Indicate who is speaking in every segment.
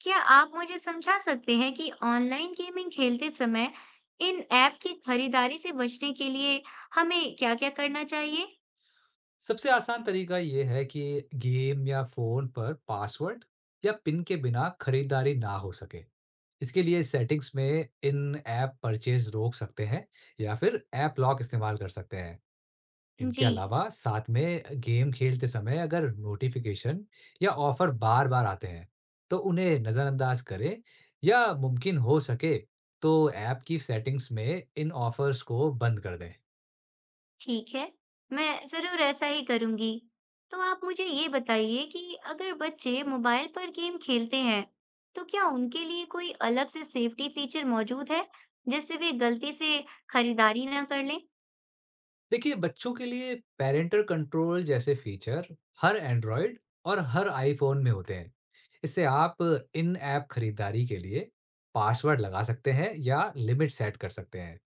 Speaker 1: क्या आप मुझे समझा सकते हैं कि ऑनलाइन गेमिंग खेलते समय इन ऐप की खरीदारी से बचने के लिए हमें क्या-क्या करना चाहिए?
Speaker 2: सबसे आसान तरीका ये है कि गेम या फोन पर पासवर्ड या पिन के बिना खरीदारी ना हो सके। इसके लिए सेटिंग्स में इन ऐप परचेज रोक सकते हैं या फिर ऐप लॉक इस्तेमाल कर सकते हैं। इनके
Speaker 1: जी,
Speaker 2: अलावा साथ में गेम खेलते समय अगर नोटिफिकेशन या ऑफर बार-बार आते हैं, तो उन्हें नज़रअंदाज करें या मुमकिन हो सके तो ऐप की सेटिंग्स में इन ऑफर्स को बंद कर दें।
Speaker 1: ठीक है। मैं ज़रूर ऐसा ही करूँगी। तो आप मुझे ये बताइए कि अगर बच्चे मोबाइल पर गेम खेलते हैं, तो क्या उनके लिए कोई अलग से सेफ्टी फीचर मौजूद है, जिससे वे गलती से खरीदारी ना कर लें?
Speaker 2: देखिए बच्चों के लिए पेरेंटल कंट्रोल जैसे फीचर हर एंड्रॉयड और हर आईफोन में होते हैं। इससे आप इन ऐप खरीदारी के लिए पासवर्ड लगा सकते हैं या लिमिट सेट कर सकते हैं।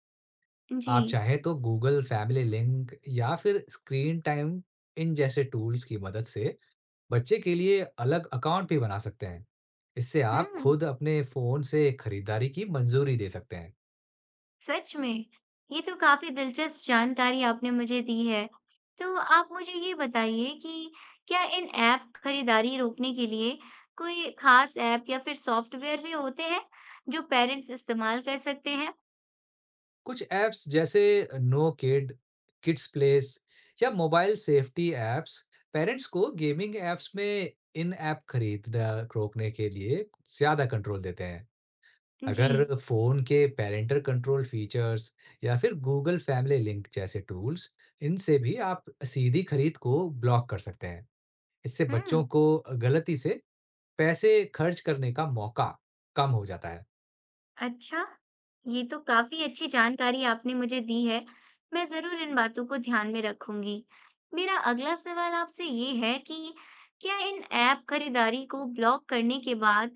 Speaker 1: जी।
Speaker 2: आप चाहें तो गूगल फैमिली लिंक या फिर स्क्रीन टाइम इन जैसे टूल्स की मदद से बच्चे के लिए अलग अकाउंट भी बना सकते हैं। इससे आप
Speaker 1: हुँ।
Speaker 2: खुद अपने फोन से खरीदारी की मंजूरी दे सकते हैं।
Speaker 1: सच में! ये तो काफ़ी दिलचस्प जानकारी आपने मुझे दी है। तो आप मुझे ये बताइए कि क्या इन ऐप खरीदारी रोकने के लिए कोई ख़ास ऐप या फिर सॉफ़्टवेयर भी होते हैं, जो पेरेंट्स इस्तेमाल कर सकते हैं?
Speaker 2: कुछ ऐप्स जैसे नो किड, किड्स प्लेस या मोबाइल सेफ्टी ऐप्स पेरेंट्स को गेमिंग ऐप्स में इन ऐप खरीदना रोकने के लिए ज्यादा कंट्रोल देते हैं।
Speaker 1: जी।
Speaker 2: अगर फोन के पेरेंटल कंट्रोल फीचर्स या फिर गूगल फैमिली लिंक जैसे टूल्स, इनसे भी आप सीधी खरीद को ब्लॉक कर सकते हैं। इससे
Speaker 1: हुँ।
Speaker 2: बच्चों को गलती से पैसे खर्च करने का मौका कम हो जाता है।
Speaker 1: अच्छा, ये तो काफी अच्छी जानकारी आपने मुझे दी है। मैं जरूर इन बातों को ध्यान में रखूंगी। मेरा अगला सवाल आपसे ये है कि क्या इन ऐप खरीदारी को ब्लॉक करने के बाद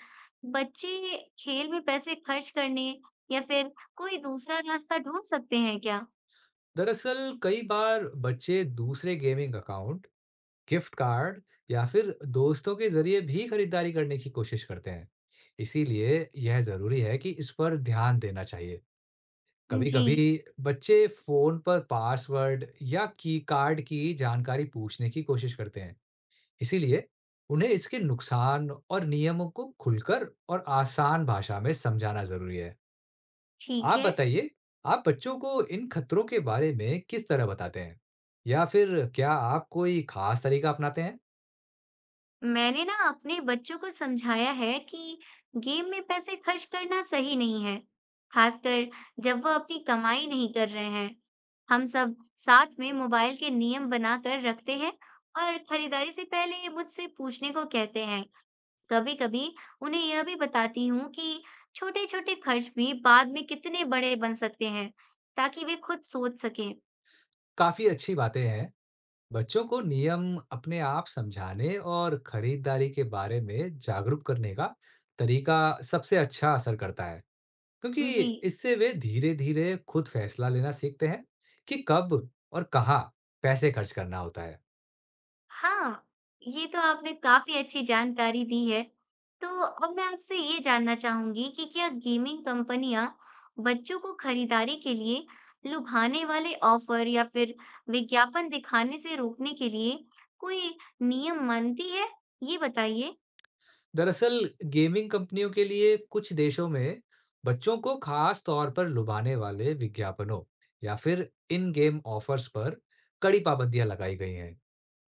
Speaker 1: बच्चे खेल में पैसे खर्च करने या फिर कोई दूसरा रास्ता ढूंढ सकते हैं क्या?
Speaker 2: दरअसल कई बार बच्चे दूसरे गेमिंग अकाउंट, गिफ्ट कार्ड या फिर दोस्तों के जरिए भी खरीदारी करने की कोशिश करते हैं। इसीलिए यह ज़रूरी है कि इस पर ध्यान देना चाहिए।
Speaker 1: जी,
Speaker 2: कभी-कभी बच्चे फ़ोन पर पासवर्ड या की कार्ड की जानकारी पूछने की कोशिश करते हैं। इसीलिए उन्हें इसके नुकसान और नियमों को खुलकर और आसान भाषा में समझाना ज़रूरी है।
Speaker 1: ठीक
Speaker 2: आप
Speaker 1: है।
Speaker 2: बताइए, आप बच्चों को इन खतरों के बारे में किस तरह बताते हैं? या फिर क्या आप कोई ख़ास तरीका अपनाते हैं?
Speaker 1: मैंने ना अपने बच्चों को समझाया है कि गेम में पैसे खर्च करना सही नहीं है, खासकर जब वह अपनी कमाई नहीं कर रहे हैं। हम सब साथ में मोबाइल के नियम बनाकर रखते हैं और खरीदारी से पहले मुझसे पूछने को कहते हैं। कभी-कभी उन्हें यह भी बताती हूँ कि छोटे-छोटे खर्च भी बाद में कितने बड़े बन सकते हैं, ताकि वे खुद सोच सकें।
Speaker 2: काफी अच्छी बातें हैं। बच्चों को नियम अपने आप समझाने और खरीदारी के बारे में जागरूक करने का तरीका सबसे अच्छा असर करता है, क्योंकि
Speaker 1: जी
Speaker 2: इससे वे धीरे-धीरे खुद फैसला लेना सीखते हैं कि कब और कहाँ पैसे खर्च करना होता है।
Speaker 1: हाँ, ये तो आपने काफ़ी अच्छी जानकारी दी है। तो अब मैं आपसे ये जानना चाहूँगी कि क्या गेमिंग कंपनियाँ बच्चों को खरीदारी के लिए लुभाने वाले ऑफ़र या फिर विज्ञापन दिखाने से रोकने के लिए कोई नियम मानती है? ये बताइए।
Speaker 2: दरअसल, गेमिंग कंपनियों के लिए कुछ देशों में बच्चों को खास तौर पर लुभाने वाले विज्ञापनों या फिर इन-गेम ऑफर्स पर कड़ी पाबंदियां लगाई गई हैं।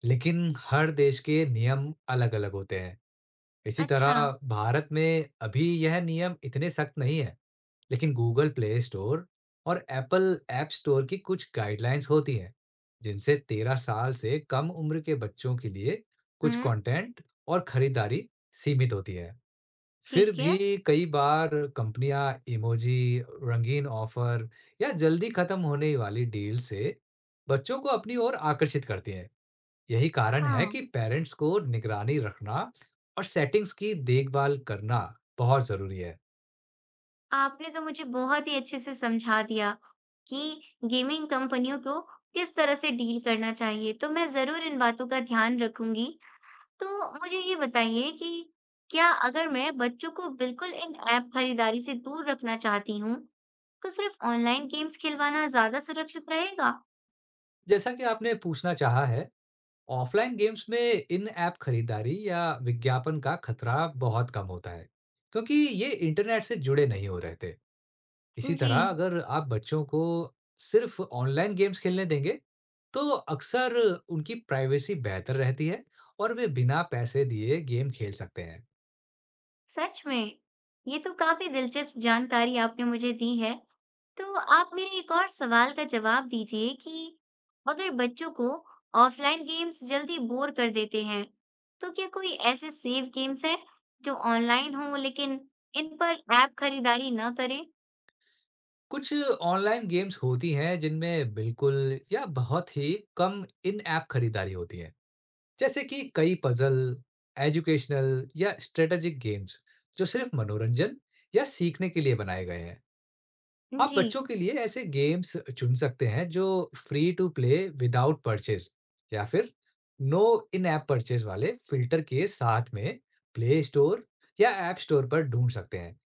Speaker 2: लेकिन हर देश के नियम अलग-अलग होते हैं। इसी
Speaker 1: अच्छा,
Speaker 2: तरह भारत में अभी यह नियम इतने सख्त नहीं है, लेकिन गूगल प्ले स्टोर और एप्पल ऐप स्टोर की कुछ गाइडलाइंस होती हैं, जिनसे 13 साल से कम उम्र के बच्चों के लिए कुछ
Speaker 1: हुँ,
Speaker 2: कंटेंट और खरीदारी सीमित होती है। फिर
Speaker 1: ठीक है।
Speaker 2: भी कई बार कंपनियां इमोजी, रंगीन ऑफर या जल्दी खत्म होने वाली डील से बच्चों को अपनी ओर आकर्षित करती हैं। यही कारण
Speaker 1: हाँ,
Speaker 2: है कि पेरेंट्स को निगरानी रखना और सेटिंग्स की देखभाल करना बहुत जरूरी है।
Speaker 1: आपने तो मुझे बहुत ही अच्छे से समझा दिया कि गेमिंग कंपनियों को किस तरह से डील करना चाहिए, तो मैं ज़रूर इन बातों का ध्यान रखूँगी। तो मुझे ये बताइए कि क्या अगर मैं बच्चों को बिल्कुल इन ऐप खरीदारी से दूर रखना चाहती हूँ, तो सिर्फ ऑनलाइन गेम्स खिलवाना ज़्यादा सुरक्षित रहेगा?
Speaker 2: जैसा कि आपने पूछना चाहा है, ऑफलाइन गेम्स में इन-ऐप खरीदारी या विज्ञापन का खतरा बहुत कम होता है, क्योंकि ये इंटरनेट से जुड़े नहीं हो रहते। इसी
Speaker 1: जी,
Speaker 2: तरह अगर आप बच्चों को सिर्फ ऑनलाइन गेम्स खेलने देंगे, तो अक्सर उनकी प्राइवेसी बेहतर रहती है और वे बिना पैसे दिए गेम खेल सकते हैं।
Speaker 1: सच में। ये तो काफ़ी दिलचस्प जानकारी आपने मुझे दी है। तो आप मेरे एक और सवाल का जवाब दीजिए कि अगर बच्चों को ऑफलाइन गेम्स जल्दी बोर कर देते हैं, तो क्या कोई ऐसे सेफ गेम्स हैं जो ऑनलाइन हों लेकिन इन पर ऐप खरीदारी न करें?
Speaker 2: कुछ ऑनलाइन गेम्स होती हैं जिनमें बिल्कुल या बहुत ही कम इन ऐप खरीदारी होती है, जैसे कि कई पजल, एजुकेशनल या स्ट्रेटेजिक गेम्स जो सिर्फ मनोरंजन या सीखने के लिए बनाए गए हैं। आप
Speaker 1: जी।
Speaker 2: बच्चों के लिए ऐसे गेम्स चुन सकते हैं जो free to play without purchase या फिर नो इन ऐप परचेज वाले फिल्टर के साथ में प्ले स्टोर या ऐप स्टोर पर ढूंढ सकते हैं।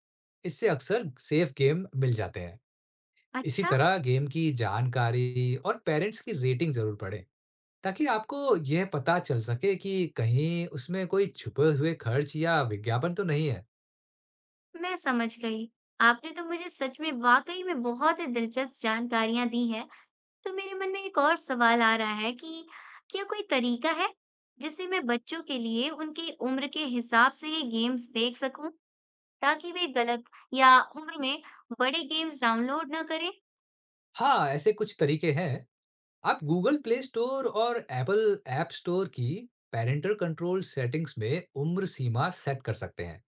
Speaker 2: इससे अक्सर सेफ गेम मिल जाते हैं। इसी
Speaker 1: अच्छा,
Speaker 2: तरह गेम की जानकारी और पेरेंट्स की रेटिंग जरूर पढ़ें, ताकि आपको यह पता चल सके कि कहीं उसमें कोई छुपे हुए खर्च या विज्ञापन तो नहीं है।
Speaker 1: मैं समझ गई। आपने तो मुझे सच में वाकई में बहुत ही दिलचस्प जानकारियां दी हैं। तो मेरे मन में एक और सवाल आ रहा है कि क्या कोई तरीका है जिससे मैं बच्चों के लिए उनकी उम्र के हिसाब से ये गेम्स देख सकूं ताकि वे गलत या उम्र में बड़े गेम्स डाउनलोड ना करें?
Speaker 2: हाँ, ऐसे कुछ तरीके हैं। आप गूगल प्ले स्टोर और एप्पल ऐप स्टोर की पेरेंटल कंट्रोल सेटिंग्स में उम्र सीमा सेट कर सकते हैं,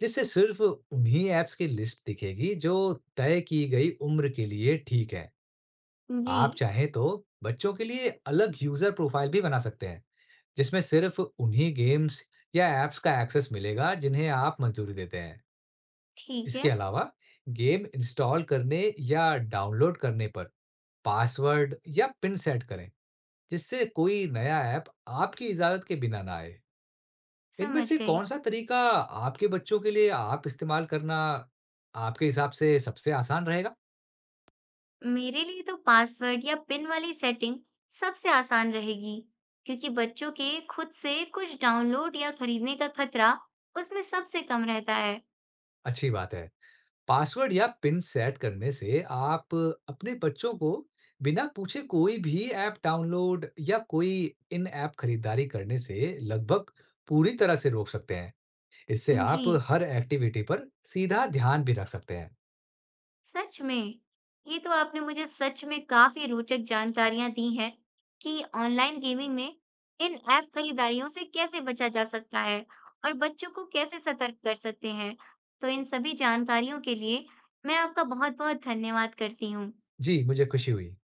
Speaker 2: जिससे सिर्फ उन्हीं ऐप्स की लिस्ट दिखेगी जो तय की गई उम्र के लिए ठीक है।
Speaker 1: जी,
Speaker 2: आप चाहें तो बच्चों के लिए अलग यूजर प्रोफाइल भी बना सकते हैं, जिसमें सिर्फ उन्हीं गेम्स या ऐप्स का एक्सेस मिलेगा जिन्हें आप मंजूरी देते हैं।
Speaker 1: ठीक
Speaker 2: इसके
Speaker 1: है,
Speaker 2: अलावा गेम इंस्टॉल करने या डाउनलोड करने पर पासवर्ड या पिन सेट करें, जिससे कोई नया ऐप आपकी इजाज़त के बिना ना आए। इनमें
Speaker 1: समझ
Speaker 2: से
Speaker 1: गई।
Speaker 2: कौन सा तरीका आपके बच्चों के लिए आप इस्तेमाल करना आपके हिसाब से सबसे आसान रहेगा?
Speaker 1: मेरे लिए तो पासवर्ड या पिन वाली सेटिंग सबसे आसान रहेगी क्योंकि बच्चों के खुद से कुछ डाउनलोड या खरीदने का खतरा उसमें सबसे कम रहता है।
Speaker 2: अच्छी बात है। पासवर्ड या पिन सेट करने से आप अपने बच्चों को बिना पूछे कोई भी ऐप डाउनलोड या कोई इन ऐप खरीदारी करने से लगभग पूरी तरह से रोक सकते हैं। इससे
Speaker 1: जी।
Speaker 2: आप हर एक्टिविटी पर सीधा ध्यान भी रख सकते हैं।
Speaker 1: सच में, ये तो आपने मुझे सच में काफी रोचक जानकारियां दी हैं कि ऑनलाइन गेमिंग में इन ऐप खरीदारियों से कैसे बचा जा सकता है और बच्चों को कैसे सतर्क कर सकते हैं। तो इन सभी जानकारियों के लिए मैं आपका बहुत बहुत धन्यवाद करती हूँ।
Speaker 2: जी, मुझे खुशी हुई।